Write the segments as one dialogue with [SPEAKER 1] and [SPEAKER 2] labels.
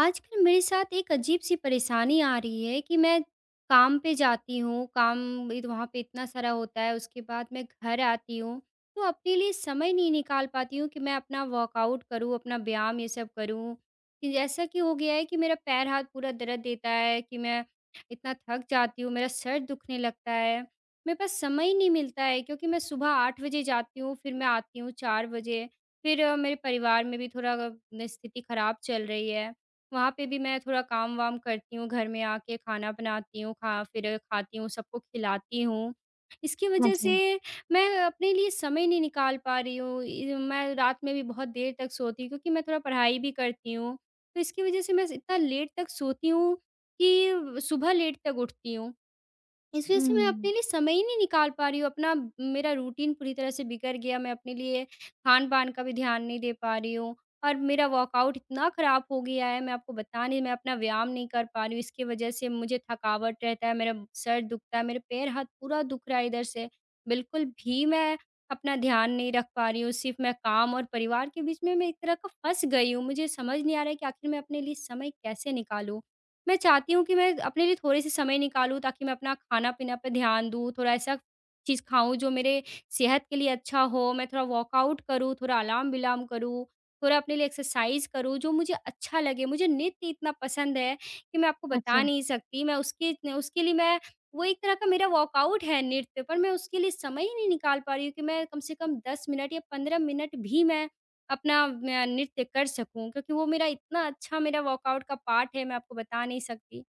[SPEAKER 1] आजकल मेरे साथ एक अजीब-सी परेशानी आ रही है कि मैं काम पे जाती हूँ, काम इत वहाँ पे इतना सारा होता है, उसके बाद मैं घर आती हूँ, तो अपने लिए समय नहीं निकाल पाती हूँ कि मैं अपना वर्कआउट करूँ, अपना व्यायाम ये सब करूँ। कि ऐसा कि हो गया है कि मेरा पैर-हाथ पूरा दर्द देता है कि मैं इतना थक जाती हूँ, मेरा सर दुखने लगता है। मेरे पास समय ही नहीं मिलता है क्योंकि मैं सुबह 8 बजे जाती हूँ, फिर मैं आती हूँ 4 बजे। फिर मेरे परिवार में भी थोड़ा स्थिति खराब चल रही है। वहाँ पे भी मैं थोड़ा काम-वाम करती हूँ, घर में आके खाना बनाती हूँ, खा फिर खाती हूँ, सबको खिलाती हूँ। इसकी
[SPEAKER 2] हाँ
[SPEAKER 1] वजह
[SPEAKER 2] जी।
[SPEAKER 1] से
[SPEAKER 2] हुँ।
[SPEAKER 1] मैं अपने लिए समय नहीं निकाल पा रही हूँ। इ मैं रात में भी बहुत देर तक सोती हूँ क्योंकि मैं थोड़ा पढ़ाई भी करती हूँ। तो इसकी वजह से मैं इतना लेट तक सोती हूँ कि सुबह लेट तक उठती हूँ। इस वजह से मैं अपने
[SPEAKER 2] हुँ।
[SPEAKER 1] लिए समय ही नहीं निकाल पा रही हूँ, अपना मेरा रूटीन पूरी तरह से बिगड़ गया, मैं अपने लिए खान-पान का भी ध्यान नहीं दे पा रही हूँ और मेरा वर्कआउट इतना ख़राब हो गया है, मैं आपको बता नहीं, मैं अपना व्यायाम नहीं कर पा रही हूँ, इसकी वजह से मुझे थकावट रहता है, मेरा सर दुखता है, मेरे पैर-हाथ पूरा दुख रहा है इधर से। बिल्कुल भी मैं अपना ध्यान नहीं रख पा रही हूँ, सिर्फ़ मैं काम और परिवार के बीच में मैं एक तरह का फँस गई हूँ, मुझे समझ नहीं आ रहा है कि आखिर मैं अपने लिए समय कैसे निकालूँ? मैं चाहती हूँ कि मैं अपने लिए थोड़े-से समय निकालूँ ताकि मैं अपना खाना-पीना पे ध्यान दूँ, थोड़ा ऐसा चीज़ खाऊँ जो मेरे सेहत के लिए अच्छा हो, मैं थोड़ा वर्कआउट करूँ, थोड़ा अलार्म-विलार्म करूँ, थोड़ा अपने लिए एक्सरसाइज करूँ, जो मुझे अच्छा लगे। मुझे नृत्य इतना पसंद है कि मैं आपको बता
[SPEAKER 2] अच्छा।
[SPEAKER 1] नहीं सकती। मैं उसके इतने उसके लिए मैं वो एक तरह का मेरा वर्कआउट है नृत्य, पर मैं उसके लिए समय ही नहीं निकाल पा रही हूँ कि मैं कम से कम 10 मिनट या 15 मिनट भी मैं अपना मैं नृत्य कर सकूँ, क्योंकि वो मेरा इतना अच्छा मेरा वर्कआउट का पार्ट है, मैं आपको बता नहीं सकती।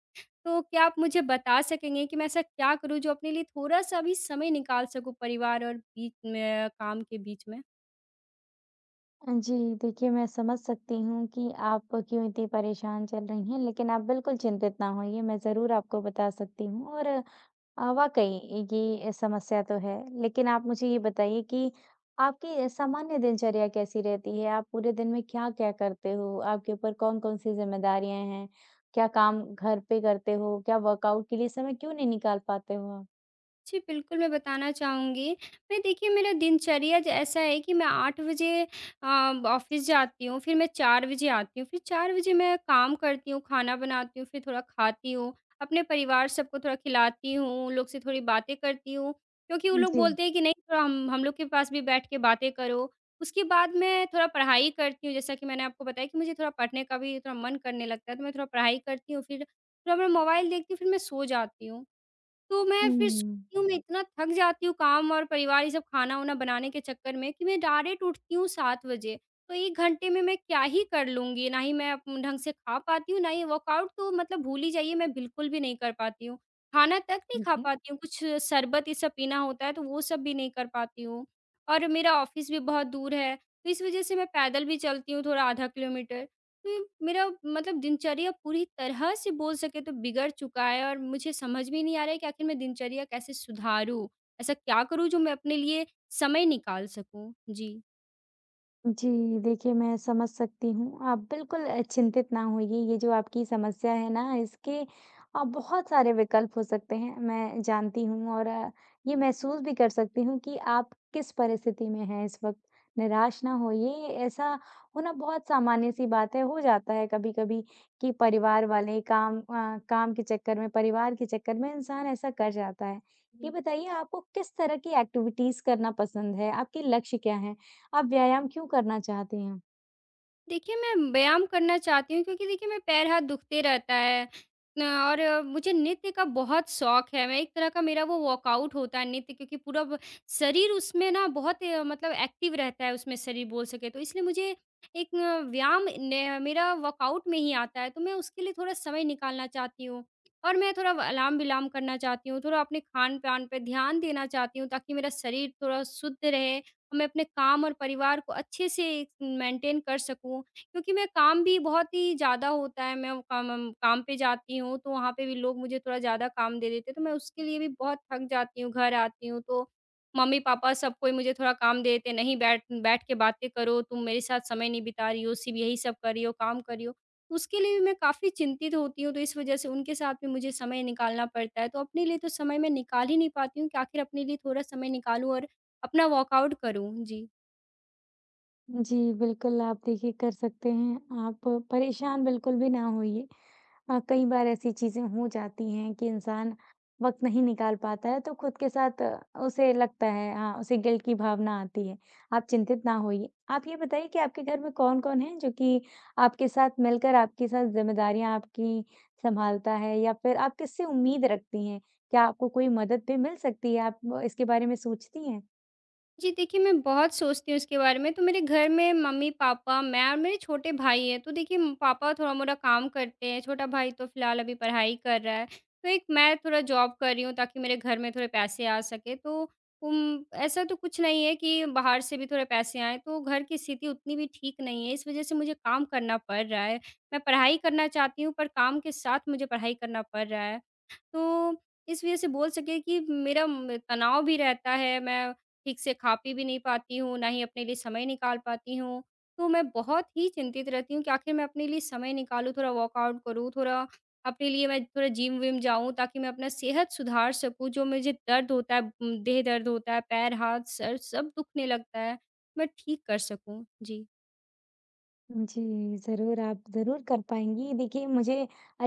[SPEAKER 1] तो क्या आप मुझे बता सकेंगे कि मैं ऐसा क्या करूँ जो अपने लिए थोड़ा-सा भी समय निकाल सकूँ, परिवार और बीच में काम के बीच में?
[SPEAKER 2] जी, देखिए मैं समझ सकती हूँ कि आप क्यों इतनी परेशान चल रही हैं, लेकिन आप बिल्कुल चिंतित ना होइए, मैं ज़रूर आपको बता सकती हूँ और वाक़ई ये समस्या तो है। लेकिन आप मुझे ये बताइए कि आपकी सामान्य दिनचर्या कैसी रहती है? आप पूरे दिन में क्या-क्या करते हो? आपके ऊपर कौन-कौन सी ज़िम्मेदारियाँ हैं? क्या काम घर पे करते हो? क्या वर्कआउट के लिए समय क्यों नहीं निकाल पाते हो आप?
[SPEAKER 1] जी, बिल्कुल, मैं बताना चाहूँगी। मैं देखिए, मेरा दिनचर्या ज ऐसा है कि मैं 8 बजे अ, ऑफ़िस जाती हूँ, फिर मैं 4 बजे आती हूँ, फिर 4 बजे मैं काम करती हूँ, खाना बनाती हूँ, फिर थोड़ा खाती हूँ, अपने परिवार सबको थोड़ा खिलाती हूँ, उन लोग से थोड़ी बातें करती हूँ, क्योंकि वो लोग
[SPEAKER 2] जी।
[SPEAKER 1] बोलते हैं कि नहीं, थोड़ा हम लोग के पास भी बैठ के बातें करो। उसके बाद मैं थोड़ा पढ़ाई करती हूँ, जैसा कि मैंने आपको बताया कि मुझे थोड़ा पढ़ने का भी थोड़ा मन करने लगता है, तो मैं थोड़ा पढ़ाई करती हूँ, फिर थोड़ा मैं मोबाइल देखती हूँ, फिर मैं सो जाती हूँ। तो मैं फिर
[SPEAKER 2] हुँ।
[SPEAKER 1] सोती हूँ, मैं इतना थक जाती हूँ काम और परिवार ये सब खाना-वाना बनाने के चक्कर में, कि मैं डायरेक्ट उठती हूँ 7 बजे। तो 1 घंटे में मैं क्या ही कर लूँगी? ना ही मैं अप ढंग से खा पाती हूँ, ना ही वर्कआउट, तो मतलब भूल ही जाइए, मैं बिल्कुल भी नहीं कर पाती हूँ। खाना तक नहीं खा
[SPEAKER 2] ठीक है।
[SPEAKER 1] पाती हूँ, कुछ शरबत ये सब पीना होता है, तो वो सब भी नहीं कर पाती हूँ। और मेरा ऑफ़िस भी बहुत दूर है, तो इस वज़ह से मैं पैदल भी चलती हूँ थोड़ा आधा किलोमीटर। कि मेरा मतलब, दिनचर्या पूरी तरह से बोल सके तो बिगड़ चुका है, और मुझे समझ में नहीं आ रहा है कि आखिर मैं दिनचर्या कैसे सुधारूँ? ऐसा क्या करूँ जो मैं अपने लिए समय निकाल सकूँ? जी।
[SPEAKER 2] जी, देखिए मैं समझ सकती हूँ। आप बिल्कुल चिंतित ना होइए, ये जो आपकी समस्या है ना इसके बहुत सारे विकल्प हो सकते हैं, मैं जानती हूँ और ये महसूस भी कर सकती हूँ कि आप किस परिस्थिति में हैं इस वक़्त। निराश ना होइए, ऐसा होना बहुत सामान्य-सी बात है, हो जाता है कभी-कभी कि परिवार वाले काम काम के चक्कर में, परिवार के चक्कर में इंसान ऐसा कर जाता है। ये बताइए आपको किस तरह की एक्टिविटीज़ करना पसंद है? आपके लक्ष्य क्या हैं? आप व्यायाम क्यों करना चाहते हैं?
[SPEAKER 1] देखिए, मैं व्यायाम करना चाहती हूँ क्योंकि देखिए मेरे पैर-हाथ दुखते रहता है न, और मुझे नृत्य का बहुत शौक है। मैं एक तरह का, मेरा वो वर्कआउट होता है नृत्य, क्योंकि पूरा ब शरीर उसमें ना बहुत मतलब एक्टिव रहता है उसमें, शरीर बोल सके तो, इसलिए मुझे एक व्यायाम न, मेरा वर्कआउट में ही आता है। तो मैं उसके लिए थोड़ा समय निकालना चाहती हूँ और मैं थोड़ा अलाम-विलाम करना चाहती हूँ, थोड़ा अपने खान-पान पे ध्यान देना चाहती हूँ, ताकि मेरा शरीर थोड़ा शुद्ध रहे, मैं अपने काम और परिवार को अच्छे से मेंटेन कर सकूँ। क्योंकि मैं काम भी बहुत ही ज़्यादा होता है, मैं वो काम पे जाती हूँ, तो वहाँ पे भी लोग मुझे थोड़ा ज़्यादा काम दे देते हैं, तो मैं उसके लिए भी बहुत थक जाती हूँ। घर आती हूँ तो मम्मी-पापा सब कोई मुझे थोड़ा काम दे देते हैं, "नहीं, बैठ बैठ के बातें करो, तुम मेरे साथ समय नहीं बिता रही हो, सिर्फ़ यही सब कर रही हो, काम कर रही हो।" तो उसके लिए भी मैं काफ़ी चिंतित होती हूँ, तो इस वज़ह से उनके साथ भी मुझे समय निकालना पड़ता है। तो अपने लिए तो समय मैं निकाल ही नहीं पाती हूँ कि आखिर अपने लिए थोड़ा समय निकालूँ और अपना वर्कआउट करूँ। जी।
[SPEAKER 2] जी, बिल्कुल आप देखिए कर सकते हैं। आप परेशान बिल्कुल भी ना होइए। कई बार ऐसी चीज़ें हो जाती हैं कि इंसान वक़्त नहीं निकाल पाता है, तो खुद के साथ उसे लगता है हाँ, उसे गिल्ट की भावना आती है। आप चिंतित ना होइए। आप ये बताइए कि आपके घर में कौन-कौन है जो कि आपके साथ मिलकर आपके साथ ज़िम्मेदारियाँ आपकी सँभालता है या फिर आप किससे उम्मीद रखती हैं? क्या आपको कोई मदद भी मिल सकती है? आप इसके बारे में सोचती हैं?
[SPEAKER 1] जी, देखिए मैं बहुत सोचती हूँ इसके बारे में, तो मेरे घर में मम्मी-पापा, मैं और मेरे छोटे भाई हैं। तो देखिए, म पापा थोड़ा-मोड़ा काम करते हैं, छोटा भाई तो फिलहाल अभी पढ़ाई कर रहा है। तो एक मैं थोड़ा जॉब कर रही हूँ ताकि मेरे घर में थोड़े पैसे आ सकें। तो ऐसा तो कुछ नहीं है कि बाहर से भी थोड़े पैसे आएँ, तो घर की स्थिति उतनी भी ठीक नहीं है, इस वज़ह से मुझे काम करना पड़ रहा है। मैं पढ़ाई करना चाहती हूँ, पर काम के साथ मुझे पढ़ाई करना पड़ रहा है। तो इस वज़ह से बोल सके कि मेरा म तनाव भी रहता है, मैं ठीक से खा पी भी नहीं पाती हूँ, ना ही अपने लिए समय निकाल पाती हूँ। तो मैं बहुत ही चिंतित रहती हूँ कि आखिर मैं अपने लिए समय निकालूँ, थोड़ा वर्कआउट करूँ, थोड़ा अपने लिए मैं थोड़ा जिम-विम जाऊँ, ताकि मैं अपना सेहत सुधार सकूँ। जो मुझे दर्द होता है, देह दर्द होता है, पैर, हाथ, सर सब दुखने लगता है, मैं ठीक कर सकूँ। जी।
[SPEAKER 2] जी, ज़रूर, आप ज़रूर कर पाएँगी। देखिए, मुझे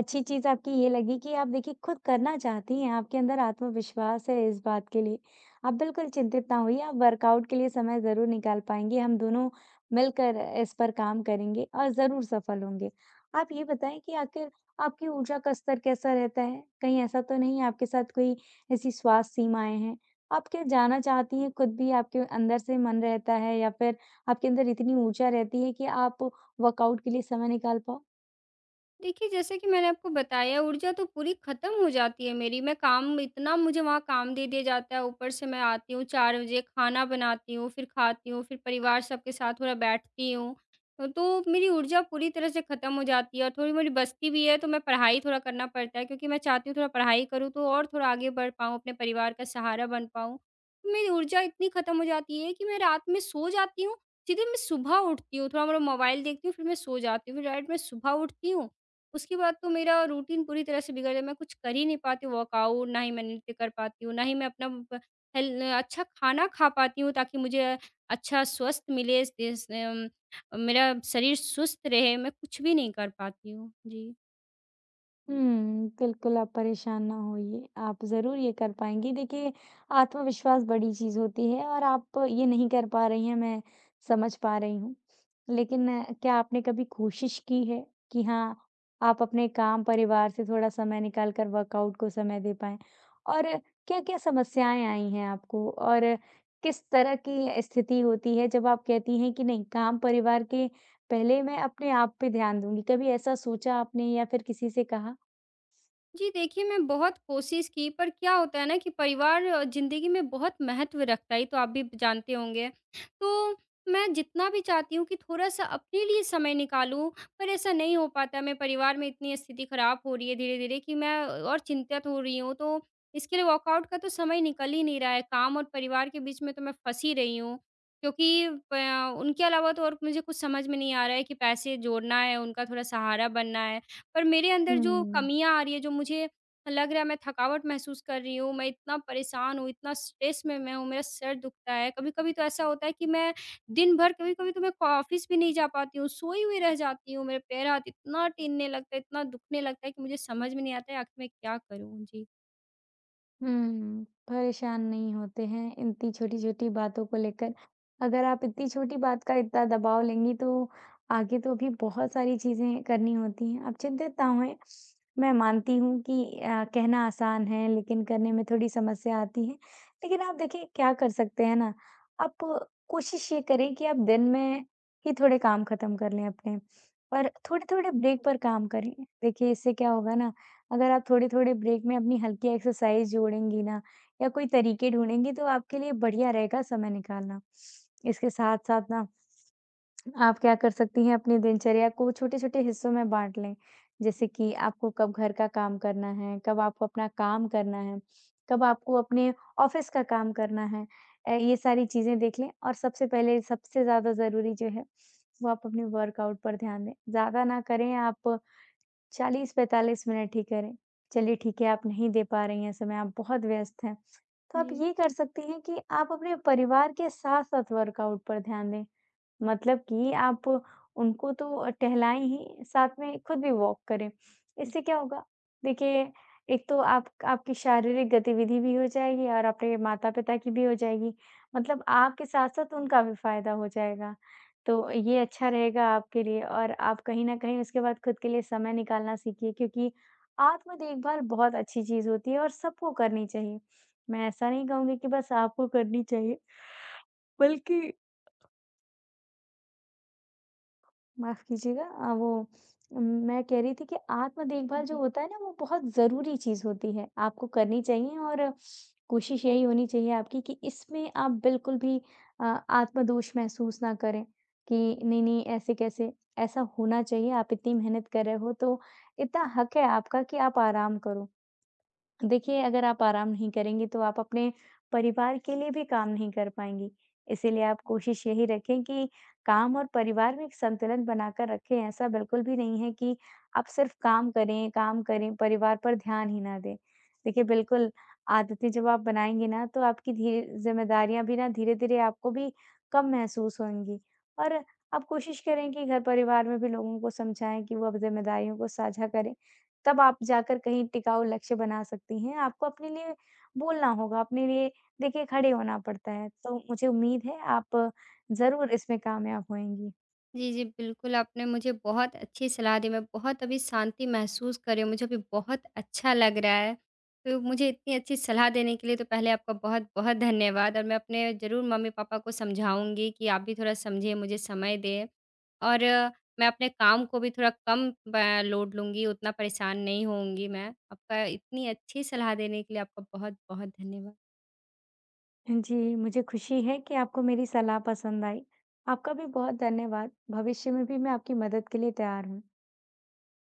[SPEAKER 2] अच्छी चीज़ आपकी ये लगी कि आप देखिए खुद करना चाहती हैं, आपके अंदर आत्मविश्वास है इस बात के लिए। आप बिल्कुल चिंतित ना होइए, आप वर्कआउट के लिए समय ज़रूर निकाल पाएँगी। हम दोनों मिलकर इस पर काम करेंगे और ज़रूर सफल होंगे। आप ये बताएँ कि आखिर आपकी ऊर्जा का स्तर कैसा रहता है? कहीं ऐसा तो नहीं है आपके साथ कोई ऐसी स्वास्थ्य सीमाएँ हैं? आप क्या जाना चाहती हैं खुद भी आपके अंदर से मन रहता है या फिर आपके अंदर इतनी ऊर्जा रहती है कि आप वर्कआउट के लिए समय निकाल पाओ?
[SPEAKER 1] देखिए, जैसे कि मैंने आपको बताया, ऊर्जा तो पूरी ख़त्म हो जाती है मेरी। मैं काम इतना, मुझे वहाँ काम दे दिया जाता है, ऊपर से मैं आती हूँ 4 बजे, खाना बनाती हूँ, फिर खाती हूँ, फिर परिवार सबके साथ थोड़ा बैठती हूँ। तो मेरी ऊर्जा पूरी तरह से ख़त्म हो जाती है, और थोड़ी मेरी बचती भी है तो मैं पढ़ाई थोड़ा, करना पड़ता है क्योंकि मैं चाहती हूँ थोड़ा पढ़ाई करूँ तो और थोड़ा आगे बढ़ पाऊँ, अपने परिवार का सहारा बन पाऊँ। तो मेरी ऊर्जा इतनी ख़त्म हो जाती है कि मैं रात में सो जाती हूँ, सीधे मैं सुबह उठती हूँ, थोड़ा-मोड़ा मोबाइल देखती हूँ, फिर मैं सो जाती हूँ। फिर राइट में सुबह उठती हूँ, उसके बाद तो मेरा रूटीन पूरी तरह से बिगड़ गया, मैं कुछ कर ही नहीं पाती हूँ, वर्कआउट, ना ही मैं नृत्य कर पाती हूँ, ना ही मैं अपना प हेल अच्छा खाना खा पाती हूँ, ताकि मुझे अच्छा स्वस्थ मिले, मेरा शरीर सुस्त रहे, मैं कुछ भी नहीं कर पाती हूँ। जी।
[SPEAKER 2] हुँ, बिल्कुल आप परेशान ना होइए, आप ज़रूर ये कर पाएँगी। देखिए, आत्मविश्वास बड़ी चीज़ होती है और आप ये नहीं कर पा रही हैं, मैं समझ पा रही हूँ। लेकिन क्या आपने कभी कोशिश की है कि हाँ, आप अपने काम, परिवार से थोड़ा समय निकाल कर वर्कआउट को समय दे पाएँ? और क्या-क्या समस्याएँ आई हैं आपको और किस तरह की स्थिति होती है जब आप कहती हैं कि नहीं, काम, परिवार के पहले मैं अपने आप पे ध्यान दूँगी? कभी ऐसा सोचा आपने या फिर किसी से कहा?
[SPEAKER 1] जी, देखिए मैं बहुत कोशिश की, पर क्या होता है ना कि परिवार ज़िंदगी में बहुत महत्व रखता है, ये तो आप भी जानते होंगे। तो मैं जितना भी चाहती हूँ कि थोड़ा-सा अपने लिए समय निकालूँ, पर ऐसा नहीं हो पाता। मैं परिवार में इतनी स्थिति ख़राब हो रही है धीरे-धीरे, कि मैं और चिंतित हो रही हूँ। तो इसके लिए वर्कआउट का तो समय निकल ही नहीं रहा है। काम और परिवार के बीच में तो मैं फँसी रही हूँ, क्योंकि प उनके अलावा तो और मुझे कुछ समझ में नहीं आ रहा है, कि पैसे जोड़ना है, उनका थोड़ा सहारा बनना है। पर मेरे अंदर जो
[SPEAKER 2] हुँ।
[SPEAKER 1] कमियाँ आ रही है, जो मुझे लग रहा है, मैं थकावट महसूस कर रही हूँ, मैं इतना परेशान हूँ, इतना स्ट्रेस में मैं हूँ, मेरा सर दुखता है। कभी-कभी तो ऐसा होता है कि मैं दिन भर, कभी-कभी तो मैं को ऑफ़िस भी नहीं जा पाती हूँ, सोई हुई रह जाती हूँ। मेरे पैर-हाथ इतना टीनने लगता है, इतना दुखने लगता है कि मुझे समझ में नहीं आता है आखिर मैं क्या करूँ? जी,
[SPEAKER 2] हुँ, परेशान नहीं होते हैं इतनी छोटी-छोटी बातों को लेकर। अगर आप इतनी छोटी बात का इतना दबाव लेंगी तो आगे तो भी बहुत सारी चीज़ें करनी होती हैं। आप चिंतित ना होएँ, मैं मानती हूँ कि कहना आसान है लेकिन करने में थोड़ी समस्या आती है। लेकिन आप देखिए क्या कर सकते हैं ना, आप कोशिश ये करें कि आप दिन में ही थोड़े काम खत्म कर लें अपने और थोड़े-थोड़े ब्रेक पर काम करें। देखिए इससे क्या होगा ना अगर आप थोड़े-थोड़े ब्रेक में अपनी हल्की एक्सरसाइज़ जोड़ेंगी ना या कोई तरीके ढूँढेंगी तो आपके लिए बढ़िया रहेगा समय निकालना। इसके साथ-साथ ना आप क्या कर सकती हैं अपनी दिनचर्या को छोटे-छोटे हिस्सों में बाँट लें। जैसे
[SPEAKER 1] जी,
[SPEAKER 2] कि आपको कब घर का काम करना है, कब आपको अपना काम करना है, कब आपको अपने ऑफ़िस का काम करना है। ये सारी चीज़ें देख लें और सबसे पहले सबसे ज़्यादा ज़रूरी जो है वो आप अपने वर्कआउट पर ध्यान दें। ज़्यादा ना करें आप 40-45 मिनट ही करें। चलिए ठीक है, आप नहीं दे पा रही हैं समय, आप बहुत व्यस्त हैं। तो आप
[SPEAKER 1] जी,
[SPEAKER 2] ये कर सकती हैं कि आप अपने परिवार के साथ-साथ वर्कआउट पर ध्यान दें। मतलब कि आप उनको तो टहलाएँ ही, साथ में खुद भी वॉक करें। इससे क्या होगा? देखिए, एक तो आप आपकी शारीरिक गतिविधि भी हो जाएगी और आपके माता-पिता की भी हो जाएगी। मतलब आपके साथ-साथ उनका भी फ़ायदा हो जाएगा। तो ये अच्छा रहेगा आपके लिए और आप कहीं न कहीं उसके बाद खुद के लिए समय निकालना सीखिए क्योंकि आत्म देखभाल बहुत अच्छी चीज़ होती है और सबको करनी चाहिए। मैं ऐसा नहीं कहूँगी कि बस आपको करनी चाहिए, बल्कि माफ़ कीजिएगा वो मैं कह रही थी कि आत्म
[SPEAKER 1] जी,
[SPEAKER 2] देखभाल जो
[SPEAKER 1] जी।
[SPEAKER 2] होता है ना, वो बहुत ज़रूरी चीज़ होती है। आपको करनी चाहिए और कोशिश यही होनी चाहिए आपकी कि इसमें आप बिल्कुल भी आत्मदोष महसूस ना करें कि नहीं-नहीं ऐसे कैसे? ऐसा होना चाहिए, आप इतनी मेहनत कर रहे हो, तो इतना हक है आपका कि आप आराम करो। देखिए, अगर आप आराम नहीं करेंगी, तो आप अपने परिवार के लिए भी काम नहीं कर पाएँगी। इसीलिए आप कोशिश यही रखें कि काम और परिवार में एक संतुलन बनाकर रखें। ऐसा बिल्कुल भी नहीं है कि आप सिर्फ़ काम करें, परिवार पर ध्यान ही ना दें। देखिए, बिल्कुल आदतें जब आप बनाएँगी ना, तो आपकी धीरे ज़िम्मेदारियाँ भी ना धीरे-धीरे आपको भी कम महसूस होंगी। और आप कोशिश करें कि घर परिवार में भी लोगों को समझाएँ कि वो अब ज़िम्मेदारियों को साझा करें। तब आप जाकर कहीं टिकाऊ लक्ष्य बना सकती हैं। आपको अपने लिए बोलना होगा, अपने लिए देखिए खड़े होना पड़ता है। तो मुझे उम्मीद है आप ज़रूर इसमें कामयाब होएँगी।
[SPEAKER 1] जी, जी, बिल्कुल, आपने मुझे बहुत अच्छी सलाह दी, मैं बहुत अभी शांति महसूस कर रही हूँ, मुझे अभी बहुत अच्छा लग रहा है। तो मुझे इतनी अच्छी सलाह देने के लिए तो पहले आपका बहुत-बहुत धन्यवाद, और मैं अपने ज़रूर मम्मी-पापा को समझाऊँगी कि आप भी थोड़ा समझें, मुझे समय दें। और मैं अपने काम को भी थोड़ा कम ब लोड लूँगी, उतना परेशान नहीं होऊँगी मैं। आपका इतनी अच्छी सलाह देने के लिए आपका बहुत-बहुत धन्यवाद।
[SPEAKER 2] जी, मुझे खुशी है कि आपको मेरी सलाह पसंद आई। आपका भी बहुत धन्यवाद। भविष्य में भी मैं आपकी मदद के लिए तैयार हूँ।